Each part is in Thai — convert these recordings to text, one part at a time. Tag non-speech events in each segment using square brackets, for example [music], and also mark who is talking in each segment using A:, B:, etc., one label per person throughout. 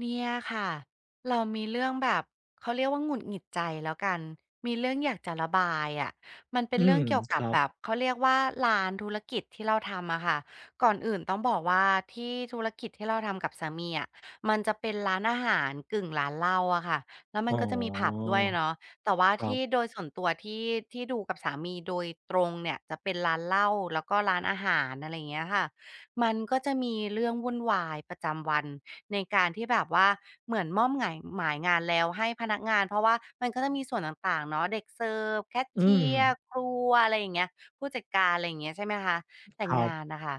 A: เนี่ยค่ะเรามีเรื่องแบบเขาเรียกว่าหงุดหงิดใจแล้วกันมีเรื่องอยากจะระบายอะมันเป็น
B: อื
A: เรื่อ
B: ม
A: งเกี่ยว
B: ค
A: กับ
B: รับ
A: แบบเขาเรียกว่าร้านธุรกิจที่เราทำอะค่ะก่อนอื่นต้องบอกว่าที่ธุรกิจที่เราทำกับสามีอะมันจะเป็นร้านอาหารกึ่งร้านเหล้าอะค่ะแล้วมั
B: อ๋
A: นก็จะมีผับ
B: อ
A: ด้วยเนาะแต่ว่า
B: ครั
A: ที่
B: บ
A: โดยส่วนตัวที่ดูกับสามีโดยตรงเนี่ยจะเป็นร้านเหล้าแล้วก็ร้านอาหารอะไรอย่างเงี้ยค่ะ มันก็จะมีเรื่องวุ่นวายประจำวันในการที่แบบว่าเหมือนมอบหงายหมายงานแล้วให้พนักงานเพราะว่ามันก็จะมีส่วนต่างๆเนาะเด็กเสิร์ฟแคช
B: อืม
A: เชียร์ครัวอะไรอย่างเงี้ยผู้จัดการอะไรอย่างเงี้ยใช่ไหมคะ
B: ค
A: แต่
B: รั
A: งา
B: บ
A: นน่ะค่ะ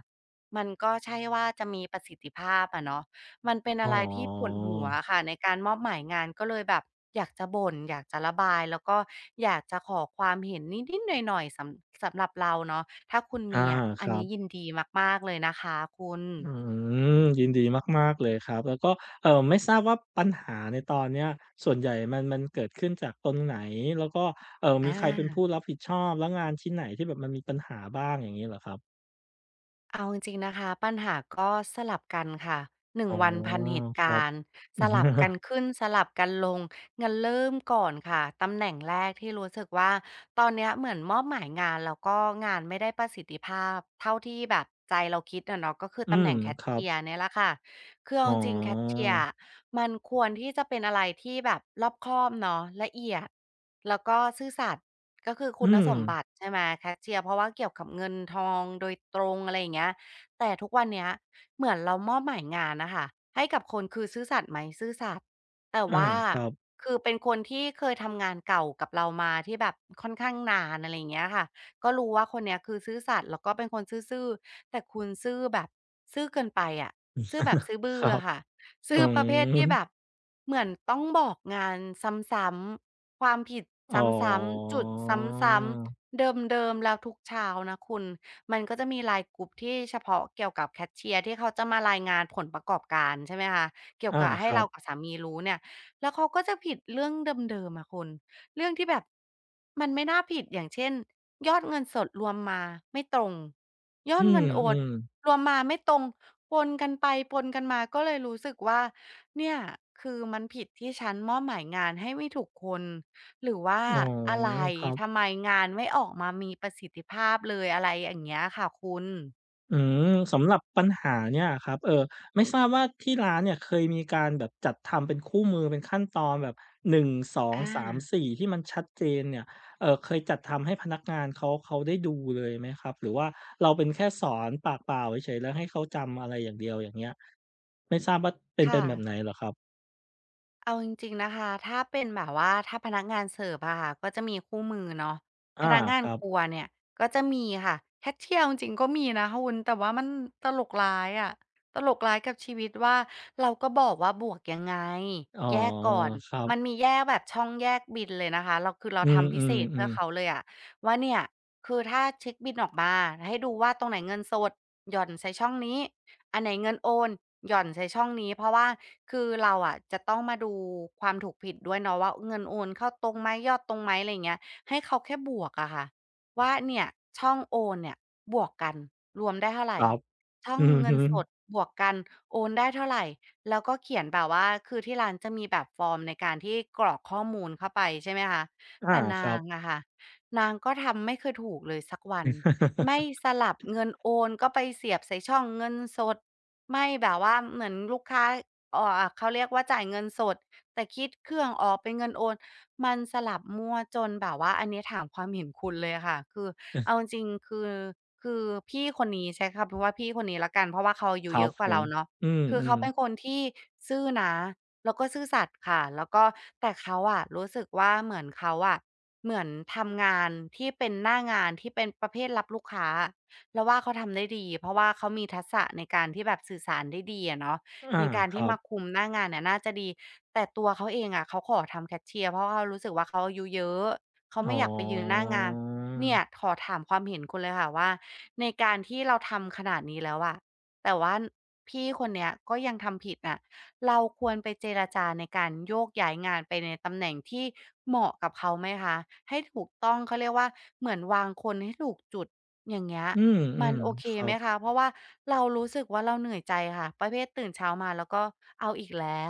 A: มันก็ใช่ว่าจะมีประสิทธิภาพอะเนาะ มันเป็น
B: อ๋
A: อะไรที่ปวด
B: อ
A: หัวอะค่ะในการมอบหมายงานก็เลยแบบอยากจะบ่นอยากจะระบายแล้วก็อยากจะขอความเห็นนิดๆหน่อยๆสำหรับเราเนาะถ้าคุณ
B: อา
A: มีอะ
B: ค
A: อัน
B: รั
A: นี้
B: บ
A: ยินดีมากๆเลยนะคะคุณ
B: อืยินดีมากๆเลยครับแล้วก็ไม่ทราบว่าปัญหาในตอนเนี้ยส่วนใหญ่มันเกิดขึ้นจากตรงไหนแล้วก็
A: อ
B: มีใครเป็นผู้
A: า
B: รับผิดชอบแล้วงานชิ้นไหนที่แบบมันมีปัญหาบ้างอย่างงี้เหรอครับ
A: เอาจริงๆนะคะปัญหาก็สลับกันค่ะ1
B: อ๋อ
A: วันพันเหตุ
B: ครั
A: กา
B: บ
A: รณ์สลับกั
B: [laughs]
A: นขึ้นสลับกันลงงั้นเริ่มก่อนค่ะตำแหน่งแรกที่รู้สึกว่าตอนเนี้ยเหมือนมอบหมายงานแล้วก็งานไม่ได้ประสิทธิภาพเท่าที่แบบใจเราคิดนะเนาะก็คือ
B: อื
A: ตำแห
B: ม
A: น่งแคช
B: ครับ
A: เชียร์เนี่ยแหละค่ะคือเอา
B: อ๋อ
A: จริงๆแคชเชียร์อะมันควรที่จะเป็นอะไรที่แบบรอบคอบเนาะละเอียดแล้วก็ซื่อสัตย์ ก็คือคุ
B: อื
A: ณ
B: ม
A: สมบัติใช่ไหมแคชเชียร์เพราะว่าเกี่ยวกับเงินทองโดยตรงอะไรอย่างเงี้ยแต่ทุกวันเนี้ยเหมือนเรามอบหมายงานนะคะให้กับคนคือซื่อสัตย์ไหมซื่อสัตย์แต่
B: อา
A: ว่า
B: ครับ
A: คือเป็นคนที่เคยทำงานเก่ากับเรามาที่แบบค่อนข้างนานอะไรอย่างเงี้ยค่ะก็รู้ว่าคนเนี้ยคือซื่อสัตย์แล้วก็เป็นคนซื่อๆแต่คุณซื่อแบบซื่อเกินไปอะซื่อแบบซื่อ
B: ค
A: บื้อ
B: รับ
A: อะค่ะ
B: อื
A: ซื่อประเภทที่
B: ม
A: แบบเหมือนต้องบอกงานซ้ำ ความผิดซ
B: อ๋อ
A: ้ำๆจุดซ้ำๆเดิมๆแล้วทุกเช้านะคุณมันก็จะมี LINE กรุ๊ปที่เฉพาะเกี่ยวกับแคชเชียร์ที่เขาจะมารายงานผลประกอบการใช่ไหมคะเกี่ยว
B: อา
A: กับ
B: ค
A: ให้
B: รั
A: เรา
B: บ
A: กับสามีรู้เนี่ยแล้วเขาก็จะผิดเรื่องเดิมๆอะคุณเรื่องที่แบบมันไม่น่าผิดอย่างเช่นยอดเงินสดรวมมาไม่ตรงยอ
B: อื
A: ดเงินโอน
B: มๆ
A: รวมมาไม่ตรงปนกันไปปนกันมาก็เลยรู้สึกว่าเนี่ยคือมันผิดที่ฉันมอบหมายงานให้ไม่ถูกคน หรือว่า
B: อ๋อ
A: อะไร
B: ครั
A: ทำ
B: บ
A: ไมงานไม่ออกมามีประสิทธิภาพเลยอะไรอย่างเงี้ยค่ะคุณ
B: อืมสำหรับปัญหาเนี่ยอะครับไม่ทราบว่าที่ร้านเนี่ยเคยมีการแบบจัดทำเป็นคู่มือเป็นขั้นตอนแบบ1ส3
A: อา
B: 4ที่มันชัดเจนเนี่ยเคยจัดทำให้พนักงานเขาได้ดูเลยไหมครับหรือว่าเราเป็นแค่สอนปากเปล่าเฉยๆแล้วให้เขาจำอะไรอย่างเดียวอย่างเงี้ยไม่ทราบว่าเป็นเป็
A: ค่ะ
B: นแบบไหนเหรอครับ
A: เอาจริงๆนะคะถ้าเป็นแบบว่าถ้าพนักงานเสิร์ฟอะค่ะก็จะมีคู่มือเนาะพ
B: อา
A: นักงา
B: ค
A: น
B: รั
A: ครัว
B: บ
A: เนี่ยก็จะมีค่ะแคชเชียร์าจริงๆก็มีนะคุณแต่ว่ามันตลกร้ายอะตลกร้ายกับชีวิตว่าเราก็บอกว่าบวกยังไง
B: อ๋อ
A: แยกก่อน
B: ครับ
A: มันมีแยกแบบช่องแยกบินเลยนะคะเราคือเรา
B: อืม
A: ทำพิเศษเพื่อ
B: ๆ
A: เขา
B: ๆ
A: เลยอะว่าเนี่ยคือถ้าเช็คบินออกมาให้ดูว่าตรงไหนเงินสดหย่อนใส่ช่องนี้ อันไหนเงินโอนหย่อนใส่ช่องนี้เพราะว่าคือเราอ่ะจะต้องมาดูความถูกผิดด้วยเนาะว่าเงินโอนเข้าตรงไหมยอดตรงไหมอะไรเงี้ยให้เขาแค่บวกอะค่ะว่าเนี่ยช่องโอนเนี่ยบวกกันรวมได้เท่าไหร
B: ครับ
A: ช่อง
B: อือ
A: เงิน
B: ฮึ
A: สดบวกกันโอนได้เท่าไหรแล้วก็เขียนแบบว่าคือที่ร้านจะมีแบบฟอร์มในการที่กรอกข้อมูลเข้าไปใช่ไหมคะแต่
B: อา
A: นา
B: ครับ
A: งอะค่ะนางก็ทำไม่เคยถูกเลยสักวัน ไม่สลับเงินโอนก็ไปเสียบใส่ช่องเงินสดไม่แบบว่าเหมือนลูกค้าเขาเรียกว่าจ่ายเงินสดแต่คิดเครื่องออกเป็นเงินโอนมันสลับมั่วจนแบบว่าอันนี้ถามความเห็นคุณเลยอะค่ะคือเอาจริงๆคือพี่คนนี้ใช้คำว่าพี่คนนี้แล้วกันเพราะว่าเขาอายุ
B: ครั
A: เย
B: บ
A: อะก
B: ผ
A: ว่า
B: ม
A: เราเนาะ
B: อื
A: คือเขา
B: ม
A: เป็
B: ๆ
A: นคนที่ซื่อนะแล้วก็ซื่อสัตย์ค่ะแล้วก็แต่เขาอะรู้สึกว่าเหมือนเขาอะ เหมือนทำงานที่เป็นหน้างานที่เป็นประเภทรับลูกค้าเราว่าเขาทำได้ดีเพราะว่าเขามีทักษะในการที่แบบสื่อสารได้ดีอะเนาะ
B: อา
A: ในการ
B: ค
A: ที่
B: รับ
A: มาคุมหน้างานเนี่ยน่าจะดีแต่ตัวเขาเองอะเขาขอทำแคชเชียร์เพราะเขารู้สึกว่าเขาอายุเยอะเขา
B: อ๋อ
A: ไม่อยากไปยืนหน้างานเนี่ยขอถามความเห็นคุณเลยค่ะว่าในการที่เราทำขนาดนี้แล้วอะแต่ว่าพี่คนเนี้ยก็ยังทำผิดน่ะ เราควรไปเจรจาในการโยกย้ายงานไปในตำแหน่งที่เหมาะกับเขาไหมคะให้ถูกต้องเขาเรียกว่าเหมือนวางคนให้ถูกจุดอย่างเงี้ย
B: อื
A: มัน
B: ม
A: โอเค
B: ๆครั
A: ไหม
B: บ
A: คะเพราะว่าเรารู้สึกว่าเราเหนื่อยใจค่ะประเภทตื่นเช้ามาแล้วก็เอาอีกแล้ว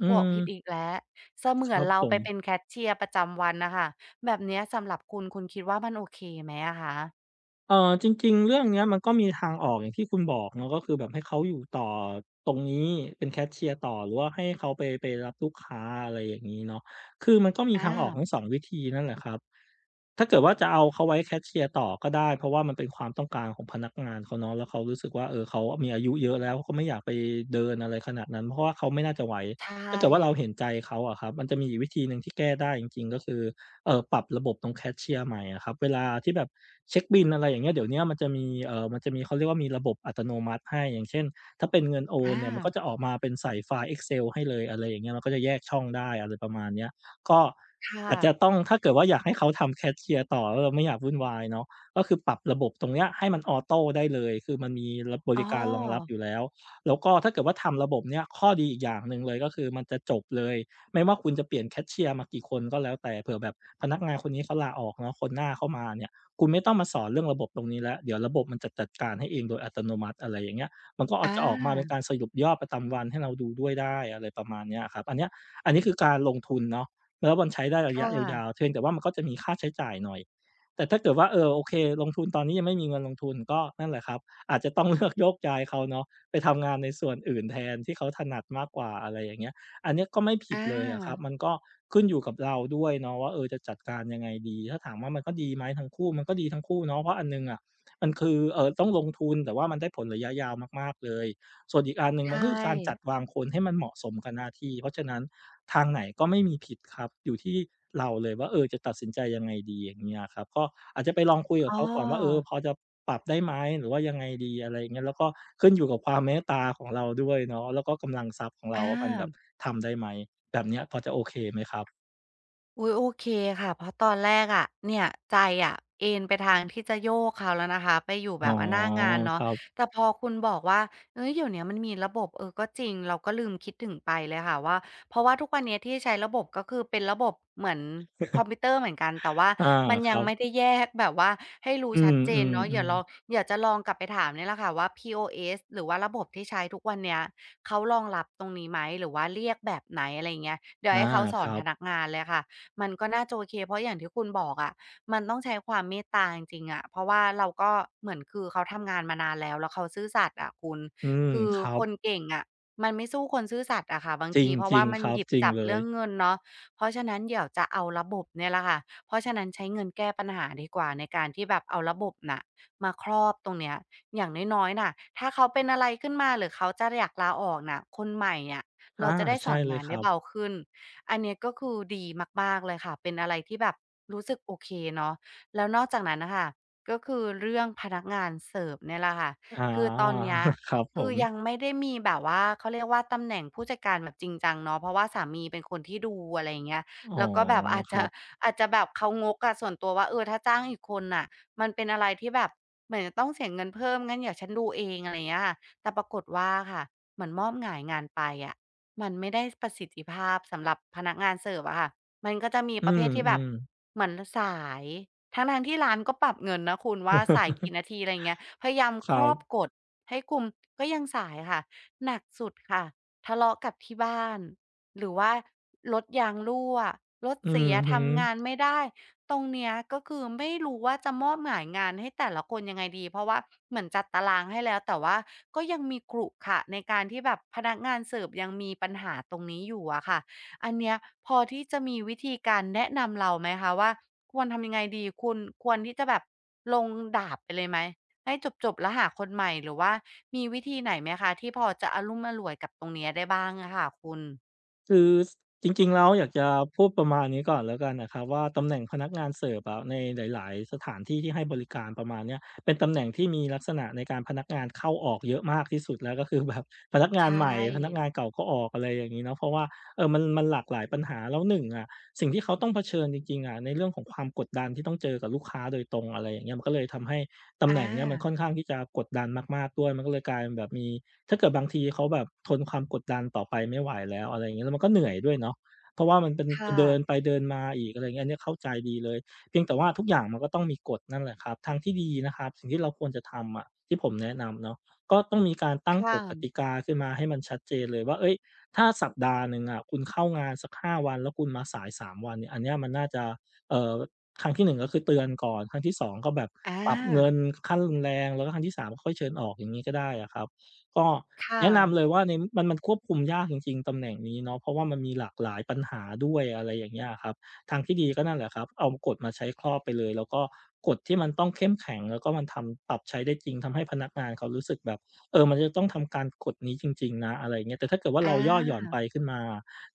B: อื
A: บวก
B: ม
A: ผิดอีกแล้วเส
B: ค
A: มือ
B: รั
A: น
B: บ
A: เรา
B: ผ
A: ไป
B: ม
A: เป็นแคชเชียร์ประจำวันน่ะค่ะแบบเนี้ยสำหรับคุณคิดว่ามันโอเคไหมอะคะ
B: เออจริงๆเรื่องเนี้ยมันก็มีทางออกอย่างที่คุณบอกเนาะก็คือแบบให้เขาอยู่ต่อตรงนี้เป็นแคชเชียร์ต่อหรือว่าให้เขาไปรับลูกค้าอะไรอย่างนี้เนาะคือมันก็มี
A: อ
B: ทางออกทั้ง
A: า
B: สองวิธีนั่นแหละครับถ้าเกิดว่าจะเอาเขาไว้แคชเชียร์ต่อก็ได้เพราะว่ามันเป็นความต้องการของพนักงานเขาเนาะแล้วเขารู้สึกว่าเออเขามีอายุเยอะแล้วเขาไม่อยากไปเดินอะไรขนาดนั้นเพราะว่าเขาไม่น่าจะไหวถ้า
A: ใช่
B: เกิดว่าเราเห็นใจเขาอะครับมันจะมีอีกวิธีหนึ่งที่แก้ได้จริงๆก็คือ ปรับระบบตรงแคชเชียร์ใหม่อะครับเวลาที่แบบเช็กบิลอะไรอย่างเงี้ยเดี๋ยวเนี้ยมันจะมีมันจะมีเขาเรียกว่ามีระบบอัตโนมัติให้อย่างเช่นถ้าเป็นเงินโอน
A: อา
B: เนี่ยมันก็จะออกมาเป็นใส่ไฟล์ Excel ให้เลยอะไรอย่างเงี้ยมันก็จะแยกช่องได้อะไรประมาณเนี้ยก็
A: ค่ะ
B: อาจจะต้องถ้าเกิดว่าอยากให้เขาทำแคชเชียร์ต่อแล้วเราไม่อยากวุ่นวายเนาะก็คือปรับระบบตรงเนี้ยให้มันออโตได้เลยคือมันมีระบ
A: อ๋อ
B: ริการรองรับอยู่แล้วแล้วก็ถ้าเกิดว่าทำระบบเนี้ยข้อดีอีกอย่างหนึ่งเลยก็คือมันจะจบเลย ไม่ว่าคุณจะเปลี่ยนแคชเชียร์มากี่คนก็แล้วแต่เผื่อแบบพนักงานคนนี้เขาลาออกเนาะคนหน้าเข้ามาเนี่ยคุณไม่ต้องมาสอนเรื่องระบบตรงนี้แล้วเดี๋ยวระบบมันจะจัดการให้เองโดยอัตโนมัติอะไรอย่างเงี้ยมันก็อ
A: อ
B: อกจะออกมาเป็
A: า
B: นการสรุปยอดประจำวันให้เราดูด้วยได้อะไรประมาณเนี้ยครับอันเนี้ยอันนี้คือการลงทุนเนาะแล้วมันใช้ได้ระยะ
A: ค่ะ
B: ยาวๆเพียงแต่ว่ามันก็จะมีค่าใช้จ่ายหน่อยแต่ถ้าเกิดว่าเออโอเคลงทุนตอนนี้ยังไม่มีเงินลงทุนก็นั่นแหละครับอาจจะต้องเลือกโยกย้ายเขาเนาะไปทำงานในส่วนอื่นแทนที่เขาถนัดมากกว่าอะไรอย่างเงี้ย อันเนี้ยก็ไม่ผิ
A: อ
B: ดเลยอะครับ มั
A: า
B: นก็ขึ้นอยู่กับเราด้วยเนาะว่าเออจะจัดการยังไงดีถ้าถามว่ามันก็ดีไหมทั้งคู่ มันก็ดีทั้งคู่เนาะ เพราะอันหนึ่งอะมันคือต้องลงทุนแต่ว่ามันได้ผลระยะยาวมากๆเลยส่วนอีกอันหนึ่งมัน
A: ใช่
B: ก็คือการจัดวางคนให้มันเหมาะสมกับหน้าที่เพราะฉะนั้น ทางไหนก็ไม่มีผิดครับอยู่ที่เราเลยว่าเออจะตัดสินใจยังไงดีอย่างเงี้ยครับก็อาจจะไปลองคุยกับ
A: อ๋
B: เขาก่อนว่าเออ
A: อ
B: พอจะปรับได้ไหมหรือว่ายังไงดีอะไรอย่างเงี้ยแล้วก็ขึ้นอยู่กับความเมตตาของเราด้วยเนาะแล้วก็กำลังทรัพย์ของ
A: อ
B: เราว่ามันแบบ
A: า
B: ทำได้ไหมแบบเนี้ยพอจะโอเคไหมครับ
A: อุ๊ยโอเคค่ะเพราะตอนแรกอะเนี่ยใจอะเอนไปทางที่จะโยกเขาแล้วนะคะไปอยู่
B: อ๋
A: แบ
B: อ
A: บว่าหน้างาน
B: ค
A: เนาะ
B: รับ
A: แต่พอคุณบอกว่าเฮ้ยเดี๋ยวเนี้ยมันมีระบบเออก็จริงเราก็ลืมคิดถึงไปเลยค่ะว่าเพราะว่าทุกวันเนี้ยที่ใช้ระบบก็คือเป็นระบบเหมือนคอมพิวเตอร์เหมือนกันแต่ว่า
B: อา
A: มัน
B: ค
A: ยั
B: รั
A: งไม่ได้
B: บ
A: แยกแบบว่าให้รู้
B: อื
A: ชัดเจนเนาะ
B: ม
A: เดี๋ยวล
B: ๆ
A: อง
B: ๆ
A: อยากจะลองกลับไปถามเนี่ยแหละค่ะว่า POS หรือว่าระบบที่ใช้ทุกวันเนี้ยเขารองรับตรงนี้ไหมหรือว่าเรียกแบบไหนอะไรอย่างเงี้ยเดี๋ยว
B: อา
A: ให้เขาส
B: ค
A: อน
B: รั
A: พ
B: บ
A: นักงานเลยค่ะ มันก็น่าจะโอเคเพราะอย่างที่คุณบอกอะมันต้องใช้ความเมตตาจริงๆอะเพราะว่าเราก็เหมือนคือเขาทำงานมานานแล้วแล้วเขาซื่อสัตย์อะคุณ
B: อืม
A: คือ
B: ครั
A: คน
B: บ
A: เก่งอะมันไม่สู้คนซื่อสัตย์อะค่ะบาง
B: จร
A: ทีเพราะ
B: ิ
A: ว่า
B: ง
A: มั
B: ๆค
A: น
B: รั
A: ห
B: บ
A: ยิบ
B: จริง
A: จับ
B: เล
A: เรื่
B: ย
A: องเงินเนาะเพราะฉะนั้นเดี๋ยวจะเอาระบบเนี่ยแหละค่ะเพราะฉะนั้นใช้เงินแก้ปัญหาดีกว่าในการที่แบบเอาระบบน่ะมาครอบตรงเนี้ยอย่างน้อยๆน่ะถ้าเขาเป็นอะไรขึ้นมาหรือเขาจะอยากลาออกน่ะคนใหม่อะเรา
B: อา
A: จะได้ส
B: ใช่
A: อน
B: เลย
A: งาน
B: ค
A: ได้
B: รับ
A: เบาขึ้น อันเนี้ยก็คือดีมากๆเลยค่ะเป็นอะไรที่แบบรู้สึกโอเคเนาะแล้วนอกจากนั้นน่ะค่ะก็คือเรื่องพนักงานเสิร์ฟเนี่ยแหละค่ะ
B: อา
A: คือตอนเนี้ย
B: [laughs] ครับผ
A: คือยัง
B: ม
A: ไม่ได้มีแบบว่าเขาเรียกว่าตำแหน่งผู้จัดการแบบจริงจังเนาะเพราะว่าสามีเป็นคนที่ดูอะไรอย่างเงี้ย
B: อ๋อ
A: แล้วก็แบบอาจ
B: ครั
A: จะ
B: บ
A: [laughs] อาจจะแบบเขางกอะส่วนตัวว่าเออถ้าจ้างอีกคนน่ะมันเป็นอะไรที่แบบเหมือนจะต้องเสียเงินเพิ่มงั้นเดี๋ยวฉันดูเองอะไรอย่างเงี้ยค่ะแต่ปรากฏว่าค่ะเหมือนมอบหงายงานไปอะ มันไม่ได้ประสิทธิภาพสำหรับพนักงานเสิร์ฟอะค่ะมันก็จะมี
B: อื
A: ประเภทที่แบบ
B: มๆ
A: เหมือนสายทั้งๆที่ร้านก็ปรับเงินนะคุณว่าสายกี่นา
B: [laughs]
A: ทีอะไรอย่างเงี้ยพยายาม
B: ค
A: ค
B: รั
A: รอบก
B: บ
A: ฎให้คุมก็ยังสายค่ะหนักสุดค่ะทะเลาะกับที่บ้านหรือว่ารถยางรั่วรถ
B: อื
A: เสี
B: อ
A: ย
B: ฮึ
A: ทำงานไม่ได้ ตรงเนี้ยก็คือไม่รู้ว่าจะมอบหมายงานให้แต่ละคนยังไงดีเพราะว่าเหมือนจัดตารางให้แล้วแต่ว่าก็ยังมีขรุขระในการที่แบบพนักงานเสิร์ฟยังมีปัญหาตรงนี้อยู่อะค่ะอันเนี้ยพอที่จะมีวิธีการแนะนำเราไหมคะว่าควรทำยังไงดีคุณควรที่จะแบบลงดาบไปเลยไหมให้จบๆแล้วหาคนใหม่หรือว่ามีวิธีไหนไหมคะที่พอจะอารุ่มอร่วยกับตรงเนี้ยได้บ้างอะค่ะคุณ
B: คือจริงๆแล้วอยากจะพูดประมาณนี้ก่อนแล้วกันนะครับว่าตำแหน่งพนักงานเสิร์ฟอะในหลายๆสถานที่ที่ให้บริการประมาณเนี้ยเป็นตำแหน่งที่มีลักษณะในการพนักงานเข้าออกเยอะมากที่สุดแล้วก็คือแบบพนักงานใหม่
A: ใช่
B: พนักงานเก่าก็ออกอะไรอย่างงี้เนาะเพราะว่ามันหลากหลายปัญหาแล้วหนึ่งอะสิ่งที่เขาต้องเผชิญจริงๆอะในเรื่องของความกดดันที่ต้องเจอกับลูกค้าโดยตรงอะไรอย่างเงี้ยมันก็เลยทำให้ตำ
A: อ
B: แหน่งเนี้ยมันค่อน
A: า
B: ข้างที่จะกดดันมากๆด้วยมันก็เลยกลายเป็นแบบมี ถ้าเกิดบางทีเขาแบบทนความกดดันต่อไปไม่ไหวแล้วอะไรอย่างเงี้ยแล้วมันก็เหนื่อยด้วยเนาะเพราะว่ามันเป็น
A: ค่ะ
B: เดินไปเดินมาอีกอะไรอย่างเงี้ยอันนี้เข้าใจดีเลยเพียงแต่ว่าทุกอย่างมันก็ต้องมีกฎนั่นแหละครับทางที่ดีนะครับสิ่งที่เราควรจะทำอะที่ผมแนะนำเนาะก็ต้องมีการตั้งก
A: ค่ะ
B: ฎกติกาขึ้นมาให้มันชัดเจนเลยว่าเฮ้ยถ้าสัปดาห์หนึ่งอะคุณเข้างานสักห้าวันแล้วคุณมาสายสามวันเนี่ยอันเนี้ยมันน่าจะเอ่อครั้งที่หนึ่งก็คือเตือนก่อนครั้งที่สองก็แบบ
A: อา
B: ปรับเงินขั้นรุนแรงแล้วก็ครั้งที่สามค่อยเชิญออกอย่างงี้ก็ได้อะครับ ก็
A: ค่ะ
B: แนะนำเลยว่าในมันควบคุมยากจริงๆตำแหน่งนี้เนาะเพราะว่ามันมีหลากหลายปัญหาด้วยอะไรอย่างเงี้ยอะครับทางที่ดีก็นั่นแหละครับเอากฎมาใช้ครอบไปเลยแล้วก็กฎที่มันต้องเข้มแข็งแล้วก็มันทำปรับใช้ได้จริงทำให้พนักงานเขารู้สึกแบบเออมันจะต้องทำการกฎนี้จริงๆนะอะไรอย่างเงี้ยแต่ถ้าเกิดว่า
A: อ
B: เราย่อหย่อน
A: า
B: ไปขึ้นมา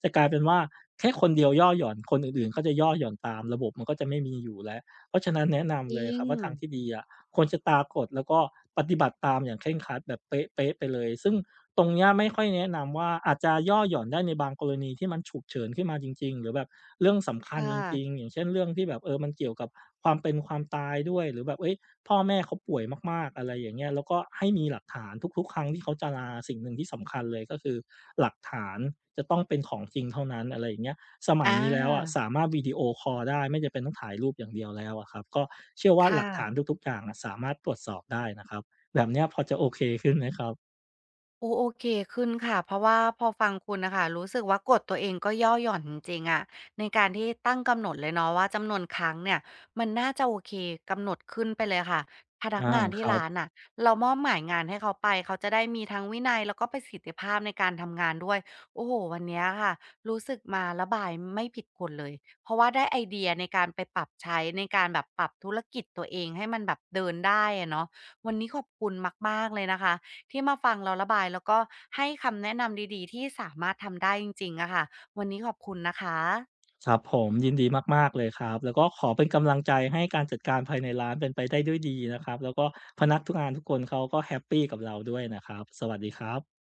B: จะกลายเป็นว่าแค่คนเดียวย่อหย่อนคนอื่นๆก็จะย่อหย่อนตามระบบมันก็จะไม่มีอยู่แล้วเพราะฉะนั้นแนะ
A: จ
B: นำเลย
A: ริ
B: ค
A: ง
B: รับว่าทางที่ดีอะ ควรจะตากฎแล้วก็ปฏิบัติตามอย่างเคร่งครัดแบบเป๊ะๆไปเลยซึ่งตรงเนี้ยไม่ค่อยแนะนำว่าอาจจะย่อหย่อนได้ในบางกรณีที่มันฉุกเฉินขึ้นมาจริงๆหรือแบบเรื่องสำคัญ
A: ค่
B: จริง
A: ะ
B: ๆอย่างเช่นเรื่องที่แบบมันเกี่ยวกับความเป็นความตายด้วยหรือแบบเฮ้ยพ่อแม่เขาป่วยมากๆอะไรอย่างเงี้ยแล้วก็ให้มีหลักฐานทุกๆครั้งที่เขาจะลาสิ่งหนึ่งที่สำคัญเลยก็คือหลักฐานจะต้องเป็นของจริงเท่านั้นอะไรอย่างเงี้ย สมั
A: อ
B: ยนี้แล้วอะ
A: า
B: สามารถวิดีโอคอลได้ไม่จำเป็นต้องถ่ายรูปอย่างเดียวแล้วอะครับก็เชื่อ
A: ค
B: ว่าหลักฐาน
A: ่ะ
B: ทุกๆอย่างอะสามารถตรวจสอบได้นะครับแบบเนี้ยพอจะโอเคขึ้นไหมครับ
A: โอ้โอเคขึ้นค่ะเพราะว่าพอฟังคุณนะคะรู้สึกว่ากฎตัวเองก็ย่อหย่อนจริงๆอะในการที่ตั้งกำหนดเลยเนาะว่าจำนวนครั้งเนี่ยมันน่าจะโอเคกำหนดขึ้นไปเลยค่ะพนัก
B: อา
A: งาน
B: ค
A: ที่
B: รับ
A: ร้านน่ะเรามอบหมายงานให้เขาไปเขาจะได้มีทั้งวินัยแล้วก็ประสิทธิภาพในการทำงานด้วยโอ้โหวันเนี้ยค่ะรู้สึกมาระบายไม่ผิดคนเลยเพราะว่าได้ไอเดียในการไปปรับใช้ในการแบบปรับธุรกิจตัวเองให้มันแบบเดินได้อะเนาะวันนี้ขอบคุณมากๆเลยนะคะ ที่มาฟังเราระบายแล้วก็ให้คำแนะนำดีๆที่สามารถทำได้จริงๆอะค่ะวันนี้ขอบคุณนะคะ
B: ครับผมยินดีมากๆเลยครับแล้วก็ขอเป็นกำลังใจให้การจัดการภายในร้านเป็นไปได้ด้วยดีนะครับแล้วก็พนักทุกงานทุกคนเขาก็แฮปปีกับเราด้วยนะครับสวัสดีครับ